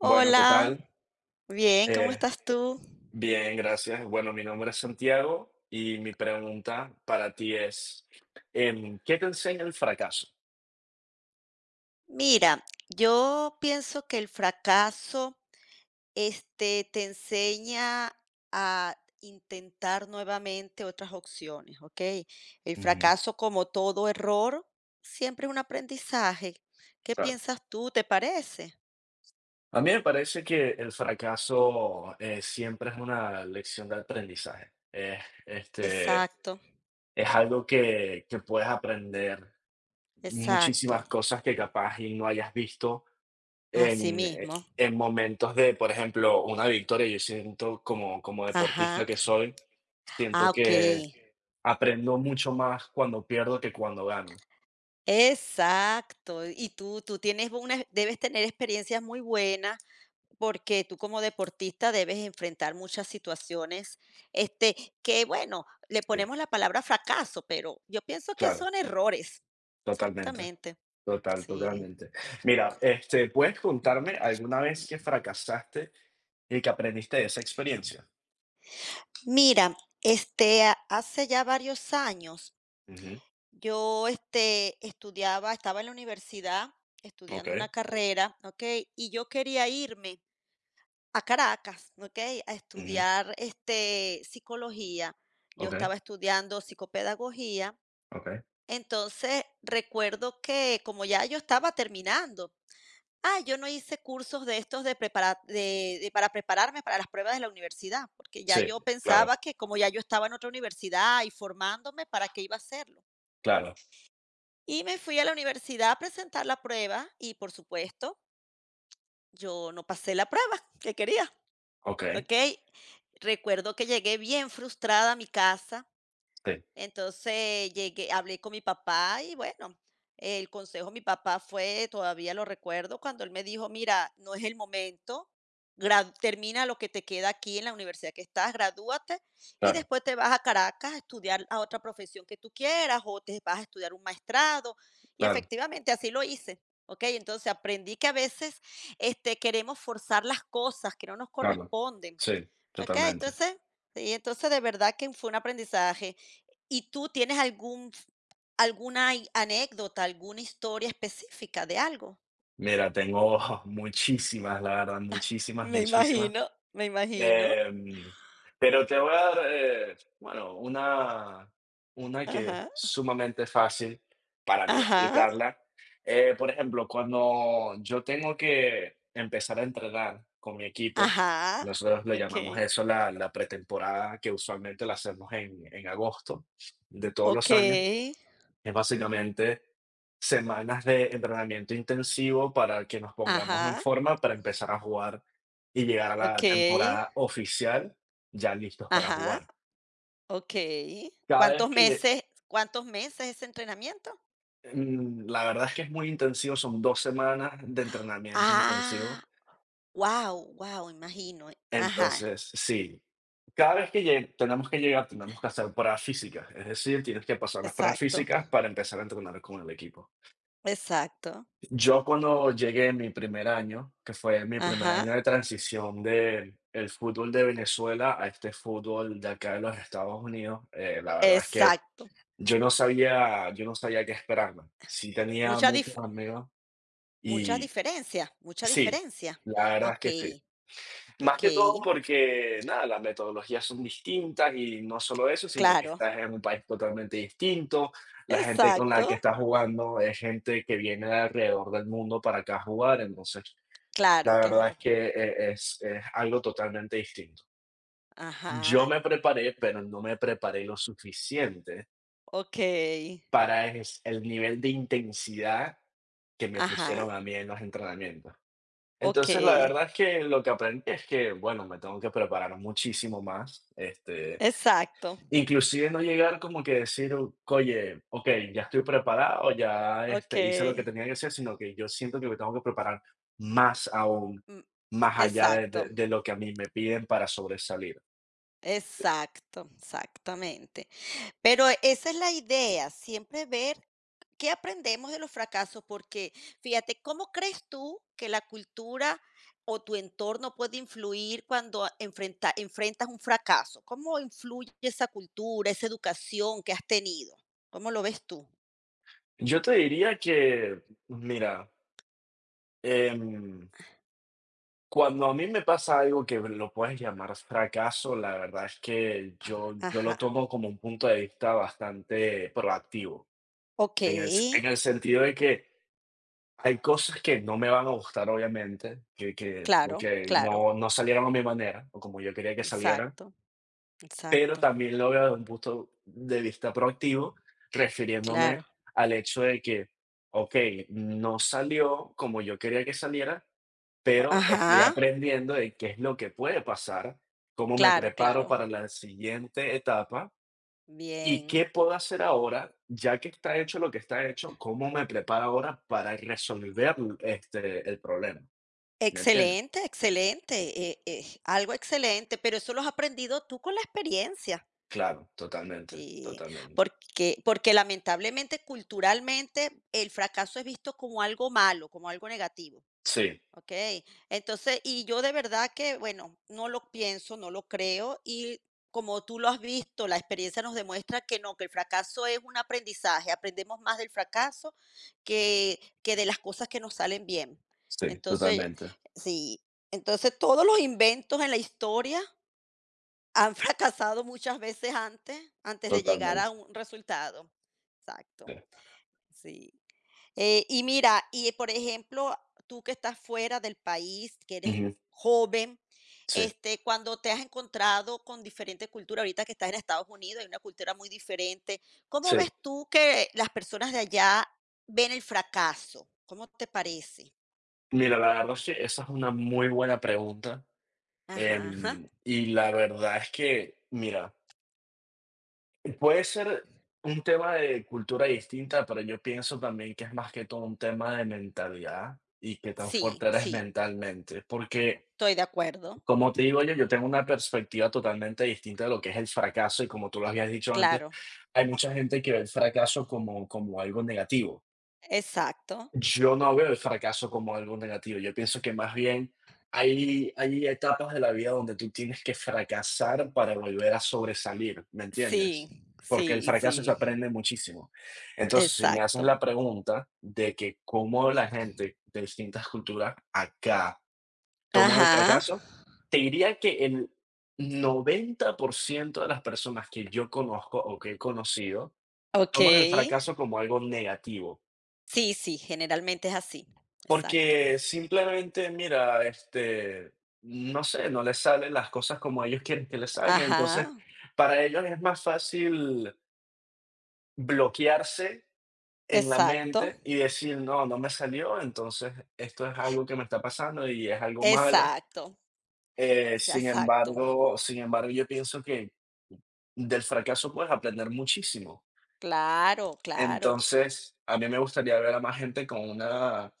Bueno, ¿qué tal? bien, ¿cómo Eh, estás tú? bien, gracias. Bueno, mi nombre es Santiago y mi pregunta para ti es, ¿qué te enseña el fracaso? Mira, yo pienso que el fracaso, te enseña a intentar nuevamente otras opciones, ¿ok? El Ujú. fracaso, como todo error, siempre es un aprendizaje. ¿Qué Claro. piensas tú? ¿Te parece? A mí me parece que el fracaso siempre es una lección de aprendizaje. Es, este, Exacto, es algo que, puedes aprender exacto. muchísimas cosas que capaz y no hayas visto. Así En eh, mismo. en momentos de, por ejemplo, una victoria, yo siento como deportista Ajá. que soy, siento Ah, ok. que aprendo mucho más cuando pierdo que cuando gano. Exacto. Y tú tienes una debes tener experiencias muy buenas, porque tú como deportista debes enfrentar muchas situaciones, este, que bueno, le Sí, ponemos la palabra fracaso, pero yo pienso que claro, son errores. totalmente, Exactamente, sí. totalmente. Mira, ¿puedes contarme alguna vez que fracasaste y que aprendiste de esa experiencia? Mira, ha hace ya varios años, Ujú, yo, estudiaba estaba en la universidad estudiando una okey, carrera, ¿ok? Y yo quería irme a Caracas, ¿okey? A ujú, estudiar, psicología. Yo okey, estaba estudiando psicopedagogía. okey. Entonces, recuerdo que como ya yo estaba terminando, yo no hice cursos de estos de prepara de para prepararme para las pruebas de la universidad, porque ya Sí, yo claro, pensaba que como ya yo estaba en otra universidad y formándome, ¿para qué iba a hacerlo? claro, Y me fui a la universidad a presentar la prueba y, por supuesto, yo no pasé la prueba que quería. okey, Ok, recuerdo que llegué bien frustrada a mi casa, sí, entonces llegué hablé con mi papá y bueno, el consejo de mi papá fue, todavía lo recuerdo, cuando él me dijo: "Mira, no es el momento, grad termina lo que te queda aquí en la universidad que estás, gradúate y claro, después te vas a Caracas a estudiar a otra profesión que tú quieras o te vas a estudiar un maestrado". Y claro, efectivamente así lo hice. Ok, entonces aprendí que a veces, queremos forzar las cosas que no nos claro. corresponden. Sí, Okey, totalmente. entonces sí, entonces de verdad que fue un aprendizaje. ¿Y tú tienes algún alguna i anécdota, alguna historia específica de algo? Mira, tengo muchísimas, la verdad, muchísimas, Me muchísimas. imagino, me imagino. Em, pero te voy a dar, bueno, una, que es Ajá, sumamente fácil para mí ajá, explicarla. Por ejemplo, cuando yo tengo que empezar a entrenar con mi equipo, ajá. nosotros le llamamos Okey, eso la pretemporada, que usualmente la hacemos en, agosto de todos los años. okey, Es básicamente semanas de entrenamiento intensivo para que nos pongamos en ajá. forma para empezar a jugar y llegar a la Okey, temporada oficial ya listos para ajá. jugar. Okey. Cada vez que lle Cuántos meses ese entrenamiento? mm, la verdad es que es muy intensivo, son 2 semanas de entrenamiento Ah, intensivo. wow, wow. Imagino. Ajá. Entonces, sí, cada vez que lle tenemos que llegar, tenemos que hacer pruebas físicas, es decir, tienes que pasar las pruebas Exacto, físicas para empezar a entrenar con el equipo. exacto. Yo cuando llegué en mi primer año, que fue mi primer Ajá. año de transición del el fútbol de Venezuela a este fútbol de acá de los Estados Unidos, la verdad es que Exacto. Yo no sabía qué esperarme. Sí tenía Mucha muchos dif amigos mucha y diferencia, mucha sí, diferencia. la Ah, verdad es que sí. okey, Más que todo okey, porque, nada, las metodologías son distintas y no solo eso, sino que claro. estás en un país totalmente distinto. La gente con la que Exacto. estás jugando es gente que viene de alrededor del mundo para acá a jugar, entonces la Claro, verdad es claro. que es algo totalmente distinto. Yo Ajá, me preparé, pero no me preparé lo suficiente okey. para es el nivel de intensidad que me Ajá, pusieron a mí en los entrenamientos. Entonces, la okey. verdad es que lo que aprendí es que, bueno, me tengo que preparar muchísimo más. Exacto. Inclusive no llegar como que decir: "Oye, okey, ya estoy preparado, ya, hice lo que Okey. tenía que hacer", sino que yo siento que me tengo que preparar más aún, Mm, más allá de de exacto. de lo que a mí me piden para sobresalir. Exacto, exactamente. Pero esa es la idea, siempre ver qué aprendemos de los fracasos, porque fíjate, ¿cómo crees tú que la cultura o tu entorno puede influir cuando enfrenta- enfrentas un fracaso? ¿Cómo influye esa cultura, esa educación que has tenido? ¿Cómo lo ves tú? Yo te diría que, mira, em Cuando a mí me pasa algo que lo puedes llamar fracaso, la verdad es que yo lo Ajá. tomo como un punto de vista bastante proactivo, Ok, en el sentido de que hay cosas que no me van a gustar, obviamente, o claro, que claro, no salieron a mi manera o como yo quería que salieran, exacto, pero exacto, también lo veo desde un punto de vista proactivo, claro. refiriéndome al hecho de que, okey, no salió como yo quería que saliera, pero estoy Ajá, aprendiendo de qué es lo que puede pasar, cómo me claro, preparo claro. para la siguiente etapa y qué Bien. puedo hacer ahora, ya que está hecho lo que está hecho, cómo me preparo ahora para resolver, el problema, ¿me entiendes? Excelente, excelente, algo excelente, pero eso lo has aprendido tú con la experiencia, Claro, totalmente, eh, totalmente. porque porque lamentablemente, culturalmente, el fracaso es visto como algo malo, como algo negativo. Sí, Okey. Entonces, y yo de verdad que, bueno, no lo pienso, no lo creo, y como tú lo has visto, la experiencia nos demuestra que no, que el fracaso es un aprendizaje, aprendemos más del fracaso que de las cosas que nos salen bien. sí, Entonces, totalmente, sí, entonces todos los inventos en la historia han fracasado muchas veces antes, antes de llegar totalmente, a un resultado. Exacto, sí. sí. Y mira, y por ejemplo, tú que estás fuera del país, que eres Ujú, joven, sí, cuando te has encontrado con diferentes culturas, ahorita que estás en Estados Unidos, hay una cultura muy diferente. ¿Cómo ves sí. tú que las personas de allá ven el fracaso? ¿Cómo te parece? Mira, la verdad es que esa es una muy buena pregunta. Ajá, ajá. Y la verdad es que, mira, puede ser un tema de cultura distinta, pero yo pienso también que es más que todo un tema de mentalidad y qué tan Sí, fuerte eres sí, mentalmente. Porque, estoy de acuerdo. como te digo yo, yo tengo una perspectiva totalmente distinta de lo que es el fracaso y como tú lo habías dicho antes, Claro, hay mucha gente que ve el fracaso como algo negativo. exacto. Yo no veo el fracaso como algo negativo. Yo pienso que más bien hay etapas de la vida donde tú tienes que fracasar para volver a sobresalir, ¿me entiendes? Sí, Porque el sí, fracaso se sí, aprende muchísimo. Entonces, si me haces exacto. la pregunta de que cómo la gente de distintas culturas acá toma el Ajá, fracaso, te diría que el 90% de las personas que yo conozco o que he conocido ok. toman el fracaso como algo negativo. Sí, sí, generalmente es así. Exacto. Porque simplemente, mira, no sé, no les salen las cosas como ellos quieren que les salgan. Ajá, Entonces, para ellos es más fácil bloquearse en la exacto, mente y decir, no, no me salió, entonces esto es algo que me está pasando y es algo malo. exacto, Eh, sí, sin exacto. embargo, sin embargo, yo pienso que del fracaso puedes aprender muchísimo. Claro, claro. Entonces, a mí me gustaría ver a más gente con una,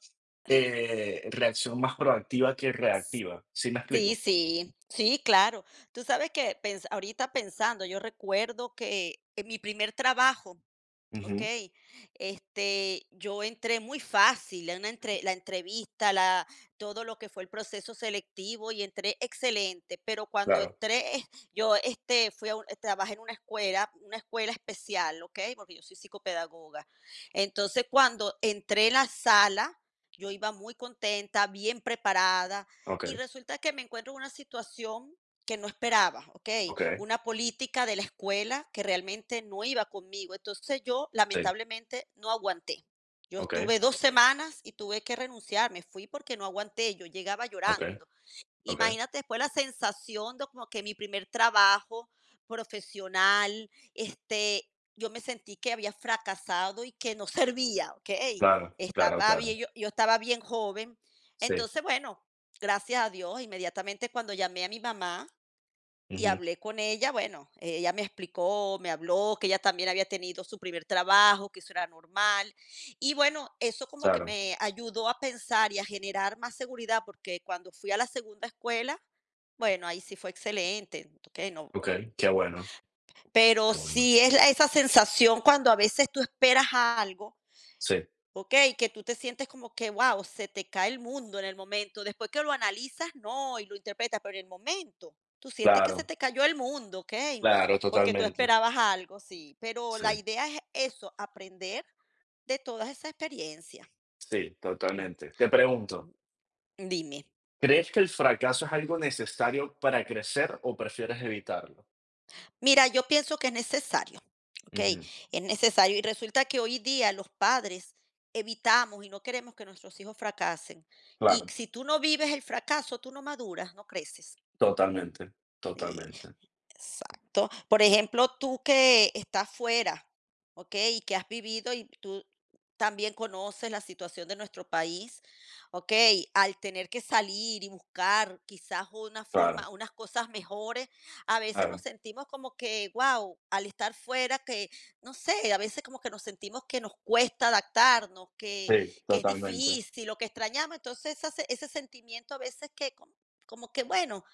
reacción más proactiva que reactiva, ¿sí me Sí, explico? sí, sí, claro. Tú sabes que pens ahorita pensando, yo recuerdo que en mi primer trabajo Ujú, okey. Yo entré muy fácil en una entre la entrevista, la todo lo que fue el proceso selectivo y entré excelente, pero cuando claro, entré, yo, fui a un trabajé en una escuela especial, ¿okey? Porque yo soy psicopedagoga. Entonces, cuando entré en la sala, yo iba muy contenta, bien preparada, y okey, resulta que me encuentro en una situación que no esperaba, ¿okey? okey, Una política de la escuela que realmente no iba conmigo. Entonces yo sí, lamentablemente no aguanté. Yo okey, estuve dos semanas y tuve que renunciar, me fui porque no aguanté, yo llegaba okey, llorando. okey, Imagínate después la sensación de como que mi primer trabajo profesional, yo me sentí que había fracasado y que no servía, ¿ok? claro, claro, Estaba claro, bien, yo estaba bien joven. sí, Entonces, bueno, gracias a Dios, inmediatamente cuando llamé a mi mamá, y ujú, hablé con ella, bueno, ella me explicó, me habló que ella también había tenido su primer trabajo, que eso era normal. Y bueno, eso como que claro, me ayudó a pensar y a generar más seguridad, porque cuando fui a la segunda escuela, bueno, ahí sí fue excelente, ok, no. okey, Pero qué bueno, sí es la- esa sensación cuando a veces tú esperas algo sí, okey, que tú te sientes como que, wow, se te cae el mundo en el momento. Después que lo analizas, no, y lo interpretas, pero en el momento, tú sientes que se claro, te cayó el mundo, okey, claro, porque tú totalmente, esperabas algo, sí, pero sí, la idea es eso, aprender de todas esas experiencias. sí, Mm, totalmente. Te pregunto, dime. ¿crees que el fracaso es algo necesario para crecer o prefieres evitarlo? Mira, yo pienso que es necesario, okey, Ujú, es necesario, y resulta que hoy día los padres evitamos y no queremos que nuestros hijos fracasen, y claro. si tú no vives el fracaso, tú no maduras, no creces. Totalmente, Sí, totalmente. exacto. Por ejemplo, tú que estás fuera, ¿okey? Y que has vivido y tú también conoces la situación de nuestro país, ¿okey? Al tener que salir y buscar quizás una Claro, forma unas cosas mejores, a veces nos claro. sentimos como que, wow al estar fuera que, no sé, a veces como que nos sentimos que nos cuesta adaptarnos, Sí, que es totalmente. difícil o que extrañamos. Entonces, esa se ese sentimiento a veces que como como que, bueno,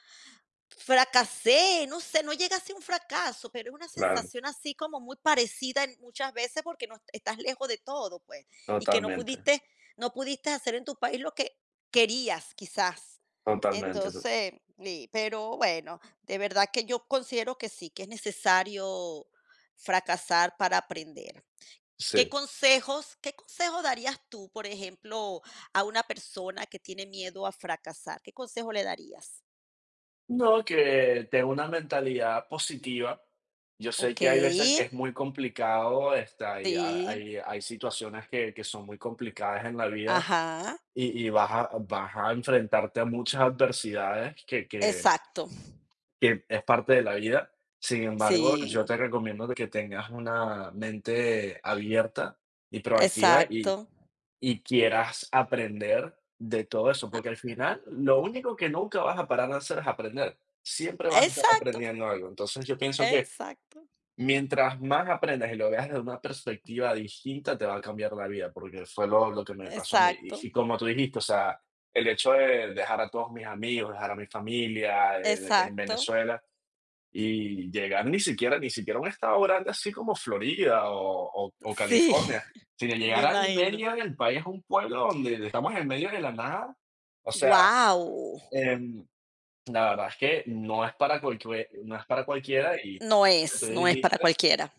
fracasé, no sé, no llega a ser un fracaso, pero es una Claro, sensación así como muy parecida en muchas veces porque no est- estás lejos de todo, pues, y que no totalmente, pudiste no pudiste hacer en tu país lo que querías, quizás. totalmente. Entonces, y pero bueno, de verdad que yo considero que sí, que es necesario fracasar para aprender. ¿Qué Sí. consejos qué consejo darías tú, por ejemplo, a una persona que tiene miedo a fracasar? ¿Qué consejo le darías? No, que tengo una mentalidad positiva. Yo sé que hay Okey. veces que es muy complicado, hay, Sí, hay, hay situaciones que son muy complicadas en la vida ajá, y, vas a, enfrentarte a muchas adversidades que, que, exacto, que es parte de la vida. Sin embargo, yo sí, te recomiendo de que tengas una mente abierta y proactiva exacto, y quieras aprender de todo eso, porque al final lo único que nunca vas a parar de hacer es aprender. Siempre vas a estar exacto, aprendiendo algo. Entonces, yo pienso que exacto, mientras más aprendas y lo veas desde una perspectiva distinta, te va a cambiar la vida, porque fue lo que me pasó a mí. exacto, Y como tú dijiste, o sea, el hecho de dejar a todos mis amigos, dejar a mi familia en exacto, Venezuela y llegar ni siquiera ni siquiera a un estado grande así como Florida o sí, California, sino me llegar al imagino. medio del país, a un pueblo donde estamos en medio de la nada. O sea, Wow, em, la verdad es que no es para cualquiera y no es, no es para cualquiera,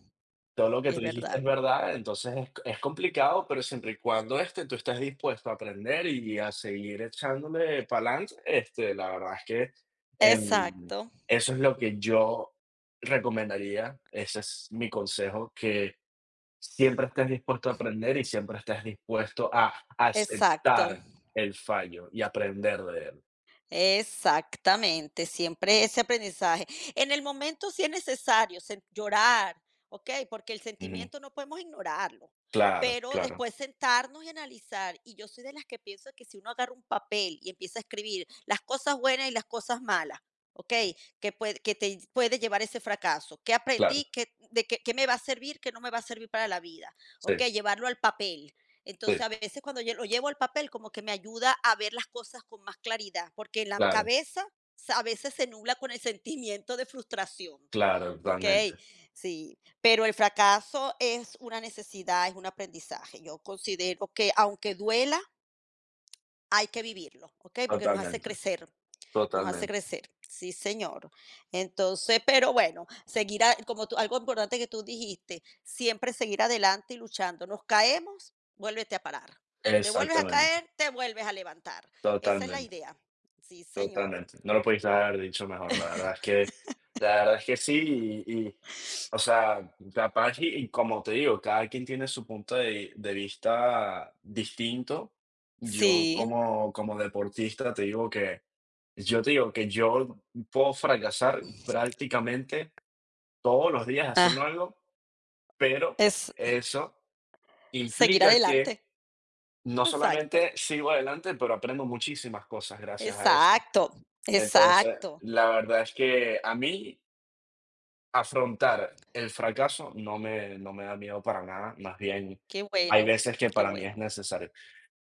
todo lo que tú es dijiste es verdad. verdad, entonces es complicado, pero siempre y cuando, tú estés dispuesto a aprender y a seguir echándole pa'lante, la verdad es que, em, Exacto, eso es lo que yo recomendaría, ese es mi consejo, que siempre estés dispuesto a aprender y siempre estés dispuesto a exacto. aceptar el fallo y aprender de él. Exactamente, siempre ese aprendizaje. En el momento sí es necesario sen- llorar, ¿ok? Porque el Ujú. sentimiento no podemos ignorarlo, Claro, pero claro, después sentarnos y analizar. Y yo soy de las que pienso que si uno agarra un papel y empieza a escribir las cosas buenas y las cosas malas, ¿ok? Que, puede, que te puede llevar ese fracaso. ¿Qué claro. aprendí? ¿Qué, de qué, qué me va a servir? ¿Qué no me va a servir para la vida? ¿Ok? Sí, Llevarlo al papel. sí, Entonces, a veces cuando yo lo llevo al papel, como que me ayuda a ver las cosas con más claridad, porque en la claro, cabeza sa- a veces se nubla con el sentimiento de frustración, claro, ¿ok? totalmente, Sí, pero el fracaso es una necesidad, es un aprendizaje. Yo considero que aunque duela, hay que vivirlo, ¿ok? Porque nos hace totalmente, crecer, nos hace totalmente. crecer. Sí, señor. Entonces, pero bueno, seguir a como tú algo importante que tú dijiste, siempre seguir adelante y luchando. Nos caemos, vuélvete a parar. Te vuelves a Exactamente, caer, te vuelves a levantar. Esa es la totalmente, idea. Sí, señor. totalmente. No lo pudiste haber dicho mejor, la verdad es que la verdad es que sí, y, o sea, capaz y como te digo, cada quien tiene su punto de vista distinto. Yo Sí, como deportista te digo que yo te digo que yo puedo fracasar prácticamente todos los días haciendo ah, algo, pero es eso seguir implica que adelante. no Exacto, solamente sigo adelante, pero aprendo muchísimas cosas gracias a eso. exacto, Entonces, exacto. la verdad es que a mí afrontar el fracaso no me da miedo para nada, más bien Qué hay bueno, veces que qué para mí es bueno, necesario.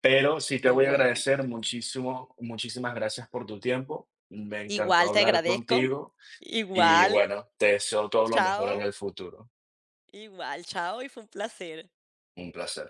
Pero sí te qué voy a bueno. agradecer muchísimo, muchísimas gracias por tu tiempo. Me encantó Igual te hablar agradezco. contigo y Igual, bueno, te deseo todo lo mejor en chao. el futuro. Igual, chao, y fue un placer. Un placer.